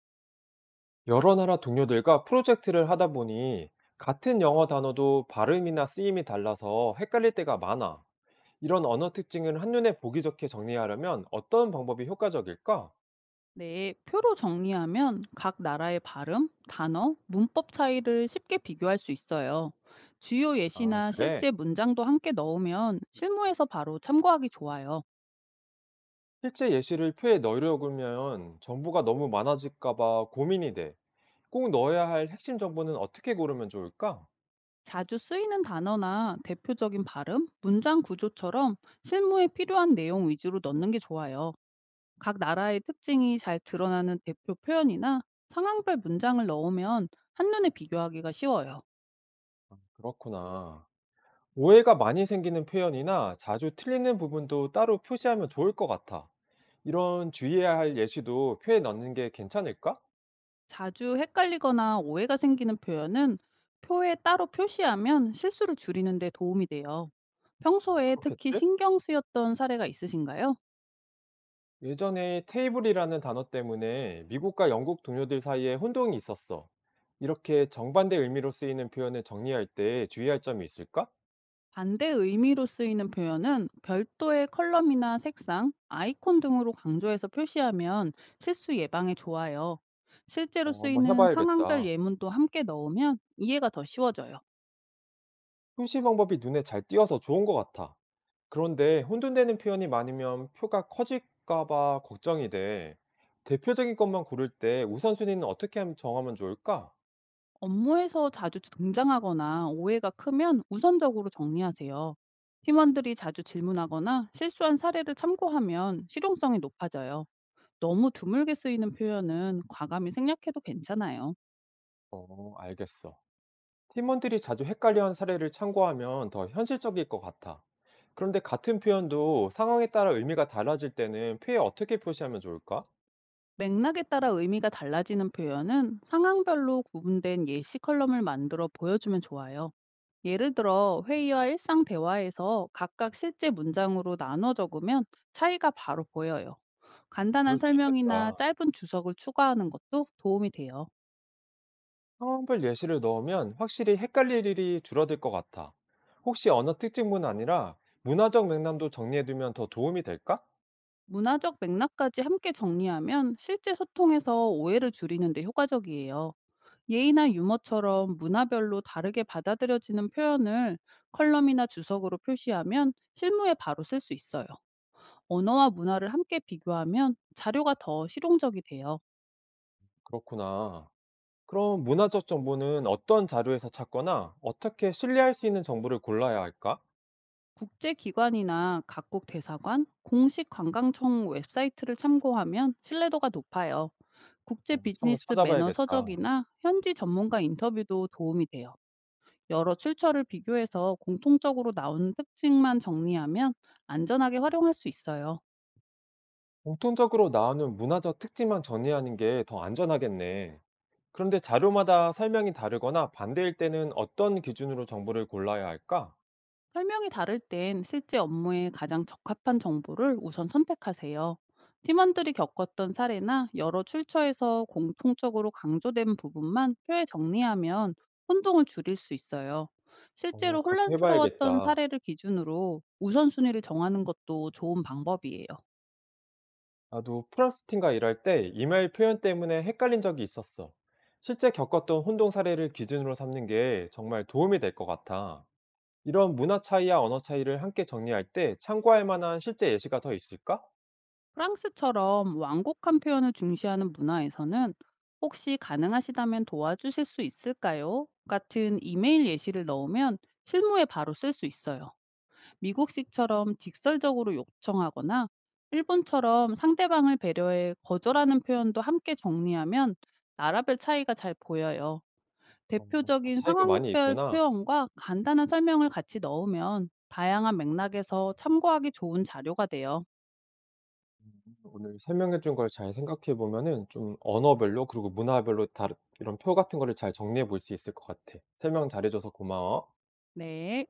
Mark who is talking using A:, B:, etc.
A: 여러 나라 동료들과 프로젝트를 하다 보니 같은 영어 단어도 발음이나 쓰임이 달라서 헷갈릴 때가 많아. 이런 언어 특징을 한눈에 보기 좋게 정리하려면 어떤 방법이 효과적일까?
B: 네, 표로 정리하면 각 나라의 발음, 단어, 문법 차이를 쉽게 비교할 수 있어요. 주요
A: 아,
B: 예시나
A: 그래.
B: 실제 문장도 함께 넣으면 실무에서 바로 참고하기 좋아요.
A: 실제 예시를 표에 넣으려면 정보가 너무 많아질까봐 고민이 돼. 꼭 넣어야 할 핵심 정보는 어떻게 고르면 좋을까?
B: 자주 쓰이는 단어나 대표적인 발음, 문장 구조처럼 실무에 필요한 내용 위주로 넣는 게 좋아요. 각 나라의 특징이 잘 드러나는 대표 표현이나 상황별 문장을 넣으면 한눈에 비교하기가 쉬워요.
A: 그렇구나. 오해가 많이 생기는 표현이나 자주 틀리는 부분도 따로 표시하면 좋을 것 같아. 이런 주의해야 할 예시도 표에 넣는 게 괜찮을까?
B: 자주 헷갈리거나 오해가 생기는 표현은 표에 따로 표시하면 실수를 줄이는 데 도움이 돼요. 평소에 특히
A: 그렇겠지?
B: 신경 쓰였던 사례가 있으신가요?
A: 예전에 테이블이라는 단어 때문에 미국과 영국 동료들 사이에 혼동이 있었어. 이렇게 정반대 의미로 쓰이는 표현을 정리할 때 주의할 점이 있을까?
B: 반대 의미로 쓰이는 표현은 별도의 컬럼이나 색상, 아이콘 등으로 강조해서 표시하면 실수 예방에 좋아요. 실제로
A: 어, 한번
B: 쓰이는 상황별
A: 해봐야겠다.
B: 예문도 함께 넣으면 이해가 더 쉬워져요.
A: 표시 방법이 눈에 잘 띄어서 좋은 것 같아. 그런데 혼돈되는 표현이 많으면 표가 커질까 봐 걱정이 돼. 대표적인 것만 고를 때 우선순위는 어떻게 정하면 좋을까?
B: 업무에서 자주 등장하거나 오해가 크면 우선적으로 정리하세요. 팀원들이 자주 질문하거나 실수한 사례를 참고하면 실용성이 높아져요. 너무 드물게 쓰이는 표현은 과감히 생략해도 괜찮아요.
A: 어, 알겠어. 팀원들이 자주 헷갈려한 사례를 참고하면 더 현실적일 것 같아. 그런데 같은 표현도 상황에 따라 의미가 달라질 때는 표에 어떻게 표시하면 좋을까?
B: 맥락에 따라 의미가 달라지는 표현은 상황별로 구분된 예시 컬럼을 만들어 보여주면 좋아요. 예를 들어 회의와 일상 대화에서 각각 실제 문장으로 나눠 적으면 차이가 바로 보여요. 간단한
A: 그럴 수
B: 설명이나
A: 있겠다.
B: 짧은 주석을 추가하는 것도 도움이 돼요.
A: 상황별 예시를 넣으면 확실히 헷갈릴 일이 줄어들 것 같아. 혹시 언어 특징뿐 아니라 문화적 맥락도 정리해두면 더 도움이 될까?
B: 문화적 맥락까지 함께 정리하면 실제 소통에서 오해를 줄이는 데 효과적이에요. 예의나 유머처럼 문화별로 다르게 받아들여지는 표현을 컬럼이나 주석으로 표시하면 실무에 바로 쓸 수 있어요. 언어와 문화를 함께 비교하면 자료가 더 실용적이 돼요.
A: 그렇구나. 그럼 문화적 정보는 어떤 자료에서 찾거나 어떻게 신뢰할 수 있는 정보를 골라야 할까?
B: 국제기관이나 각국 대사관, 공식 관광청 웹사이트를 참고하면 신뢰도가 높아요. 국제
A: 어, 한번
B: 비즈니스 매너
A: 찾아봐야겠다.
B: 서적이나 현지 전문가 인터뷰도 도움이 돼요. 여러 출처를 비교해서 공통적으로 나오는 특징만 정리하면 안전하게 활용할 수 있어요.
A: 공통적으로 나오는 문화적 특징만 정리하는 게 더 안전하겠네. 그런데 자료마다 설명이 다르거나 반대일 때는 어떤 기준으로 정보를 골라야 할까?
B: 설명이 다를 땐 실제 업무에 가장 적합한 정보를 우선 선택하세요. 팀원들이 겪었던 사례나 여러 출처에서 공통적으로 강조된 부분만 표에 정리하면 혼동을 줄일 수 있어요. 실제로
A: 어, 그렇게
B: 혼란스러웠던
A: 해봐야겠다.
B: 사례를 기준으로 우선순위를 정하는 것도 좋은 방법이에요.
A: 나도 프랑스 팀과 일할 때 이메일 표현 때문에 헷갈린 적이 있었어. 실제 겪었던 혼동 사례를 기준으로 삼는 게 정말 도움이 될 것 같아. 이런 문화 차이와 언어 차이를 함께 정리할 때 참고할 만한 실제 예시가 더 있을까?
B: 프랑스처럼 완곡한 표현을 중시하는 문화에서는 혹시 가능하시다면 도와주실 수 있을까요? 같은 이메일 예시를 넣으면 실무에 바로 쓸 수 있어요. 미국식처럼 직설적으로 요청하거나 일본처럼 상대방을 배려해 거절하는 표현도 함께 정리하면 나라별 차이가 잘 보여요.
A: 어, 다
B: 대표적인
A: 차이가 많이
B: 상황별
A: 있구나.
B: 표현과 간단한 설명을 같이 넣으면 다양한 맥락에서 참고하기 좋은 자료가 돼요.
A: 음, 오늘 설명해준 걸 잘 생각해 보면은 좀 언어별로 그리고 문화별로 다른 이런 표 같은 거를 잘 정리해 볼 수 있을 것 같아. 설명 잘해줘서 고마워.
B: 네.